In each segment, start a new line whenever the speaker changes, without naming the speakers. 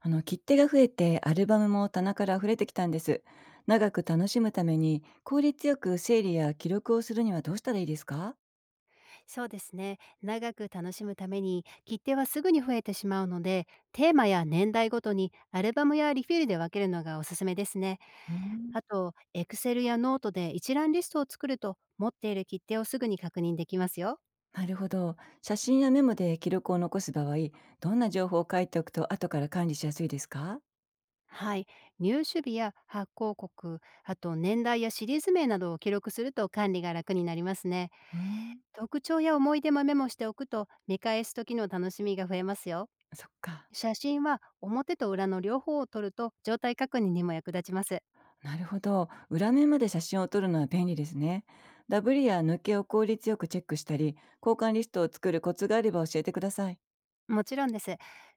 あの切手が増えてアルバムも棚から溢れてきたんです。長く楽しむために効率よく整理や記録をするにはどうしたらいいですか？
そうですね。長く楽しむために切手はすぐに増えてしまうので、テーマや年代ごとにアルバムやリフィールで分けるのがおすすめですね。
うーん。
あと、Excel やノートで一覧リストを作ると、持っている切手をすぐに確認できますよ。
なるほど、写真やメモで記録を残す場合、どんな情報を書いておくと後から管理しやすいですか？
はい。入手日や発行国、あと年代やシリーズ名などを記録すると管理が楽になりますね。
うーん。
特徴や思い出もメモしておくと、見返す時の楽しみが増えますよ。
そっか。
写真は表と裏の両方を撮ると状態確認にも役立ちます。
なるほど、裏面まで写真を撮るのは便利ですね。ダブリや抜けを効率よくチェックしたり、交換リストを作るコツがあれば教えてください。
もちろんです。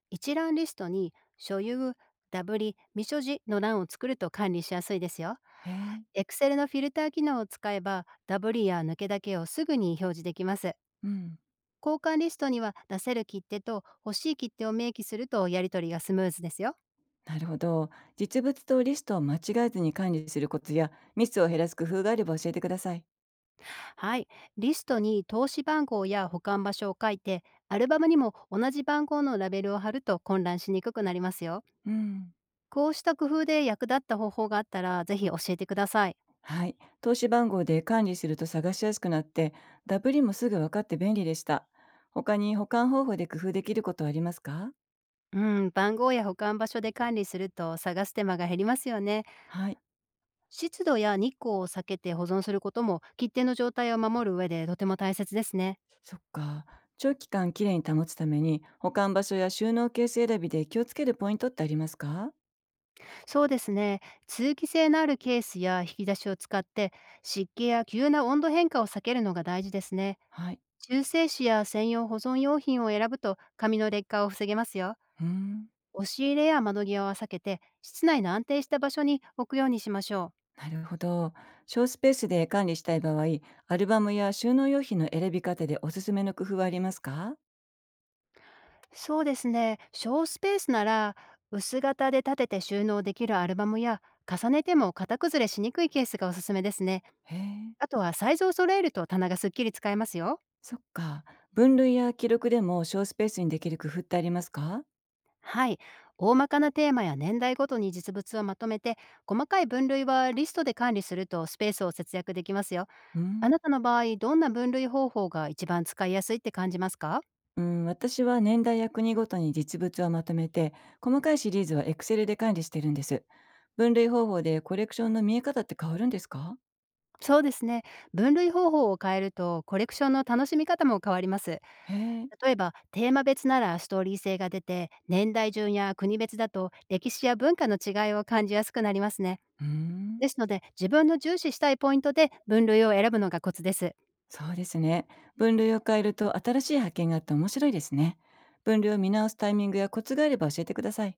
一覧リストに所有、ダブリ、未所持の欄を作ると管理しやすいですよ。
へえ。
Excel のフィルター機能を使えばダブリや抜けだけをすぐに表示できます。
うん。
交換リストには出せる切手と欲しい切手を明記するとやり取りがスムーズですよ。
なるほど。実物とリストを間違えずに管理するコツやミスを減らす工夫があれば教えてください。
はい。リストに投資番号や保管場所を書いて、アルバムにも同じ番号のラベルを貼ると混乱しにくくなりますよ。
うん。
こうした工夫で役立った方法があったら、ぜひ教えてください。
はい。投資番号で管理すると探しやすくなって、ダブリもすぐ分かって便利でした。他に保管方法で工夫できることはありますか？
うん、番号や保管場所で管理すると探す手間が減りますよね。
はい。
湿度や日光を避けて保存することも切手の状態を守る上でとても大切ですね。
そっか。長期間きれいに保つために、保管場所や収納ケース選びで気をつけるポイントってありますか？
そうですね。通気性のあるケースや引き出しを使って湿気や急な温度変化を避けるのが大事ですね。
はい。
中性子や専用保存用品を選ぶと紙の劣化を防げますよ。
うーん。
押し入れや窓際は避けて室内の安定した場所に置くようにしましょう。
なるほど。小スペースで管理したい場合、アルバムや収納用品の選び方でおすすめの工夫はありますか？
そうですね。小スペースなら、薄型で立てて収納できるアルバムや、重ねても型崩れしにくいケースがおすすめですね。
へえ、
あとはサイズを揃えると棚がすっきり使えますよ。
そっか。分類や記録でも小スペースにできる工夫ってありますか？
はい。大まかなテーマや年代ごとに実物をまとめて、細かい分類はリストで管理するとスペースを節約できますよ。
う
あ
ん。
なたの場合、どんな分類方法が一番使いやすいって感じますか？
うん、私は年代や国ごとに実物をまとめて、細かいシリーズは Excel で管理してるんです。分類方法でコレクションの見え方って変わるんですか？
そうですね。分類方法を変えると、コレクションの楽しみ方も変わります。
へえ。
例えばテーマ別ならストーリー性が出て、年代順や国別だと歴史や文化の違いを感じやすくなりますね。
うん。
ですので、自分の重視したいポイントで分類を選ぶのがコツです。
そうですね。分類を変えると新しい発見があって面白いですね。分類を見直すタイミングやコツがあれば教えてください。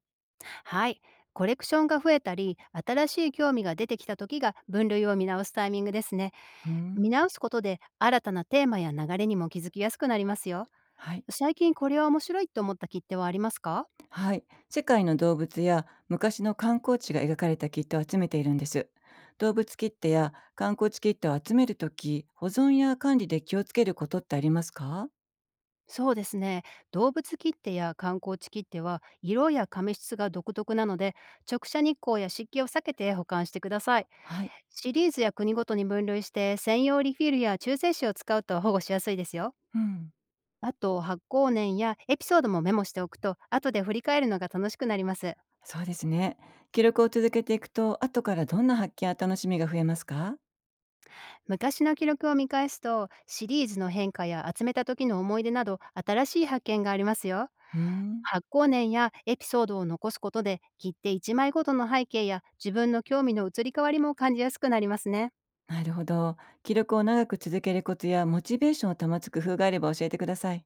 はい。コレクションが増えたり新しい興味が出てきた時が分類を見直すタイミングですね。
うー
見
ん。
直すことで新たなテーマや流れにも気づきやすくなりますよ。
はい。
最近これは面白いと思った切手はありますか？
はい。世界の動物や昔の観光地が描かれたキットを集めているんです。動物切手や観光地キットを集めるとき、保存や管理で気をつけることってありますか？
そうですね。動物切手や観光地切手は色や紙質が独特なので、直射日光や湿気を避けて保管してください。
はい。
シリーズや国ごとに分類して専用リフィルや中性子を使うと保護しやすいですよ。
うん。
あと、発行年やエピソードもメモしておくと後で振り返るのが楽しくなります。
そうですね。記録を続けていくと、後からどんな発見や楽しみが増えますか？
昔の記録を見返すとシリーズの変化や集めた時の思い出など、新しい発見がありますよ。
うーん。
発行年やエピソードを残すことで、切手1枚ごとの背景や自分の興味の移り変わりも感じやすくなりますね。
なるほど。記録を長く続けるコツやモチベーションを保つ工夫があれば教えてください。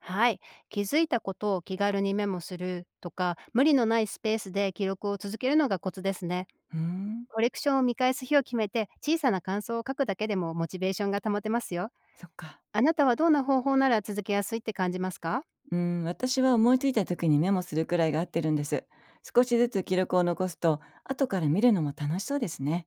はい。気づいたことを気軽にメモするとか、無理のないスペースで記録を続けるのがコツですね。
うーん、
コレクションを見返す日を決めて小さな感想を書くだけでもモチベーションが保てますよ。
そっか。
あなたはどんな方法なら続けやすいって感じますか？
うーん、私は思いついた時にメモするくらいが合ってるんです。少しずつ記録を残すと、後から見るのも楽しそうですね。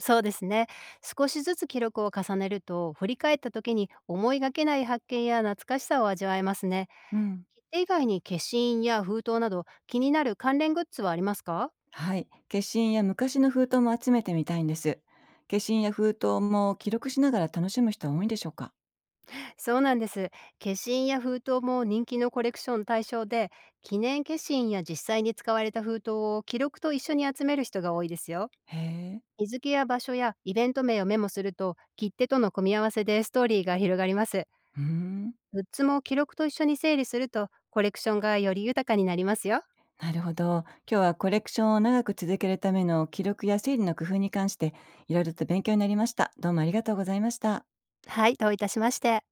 そうですね。少しずつ記録を重ねると、振り返った時に思いがけない発見や懐かしさを味わえますね。
うん。
切手以外に消印や封筒など気になる関連グッズはありますか？
はい。消印や昔の封筒も集めてみたいんです。消印や封筒も記録しながら楽しむ人は多いんでしょうか？
そうなんです。消印や封筒も人気のコレクション対象で、記念消印や実際に使われた封筒を記録と一緒に集める人が多いですよ。
へえ。
日付や場所やイベント名をメモすると、切手との組み合わせでストーリーが広がります。
うーん。
グッズも記録と一緒に整理すると、コレクションがより豊かになりますよ。
なるほど。今日はコレクションを長く続けるための記録や整理の工夫に関して、いろいろと勉強になりました。どうもありがとうございました。
はい、どういたしまして。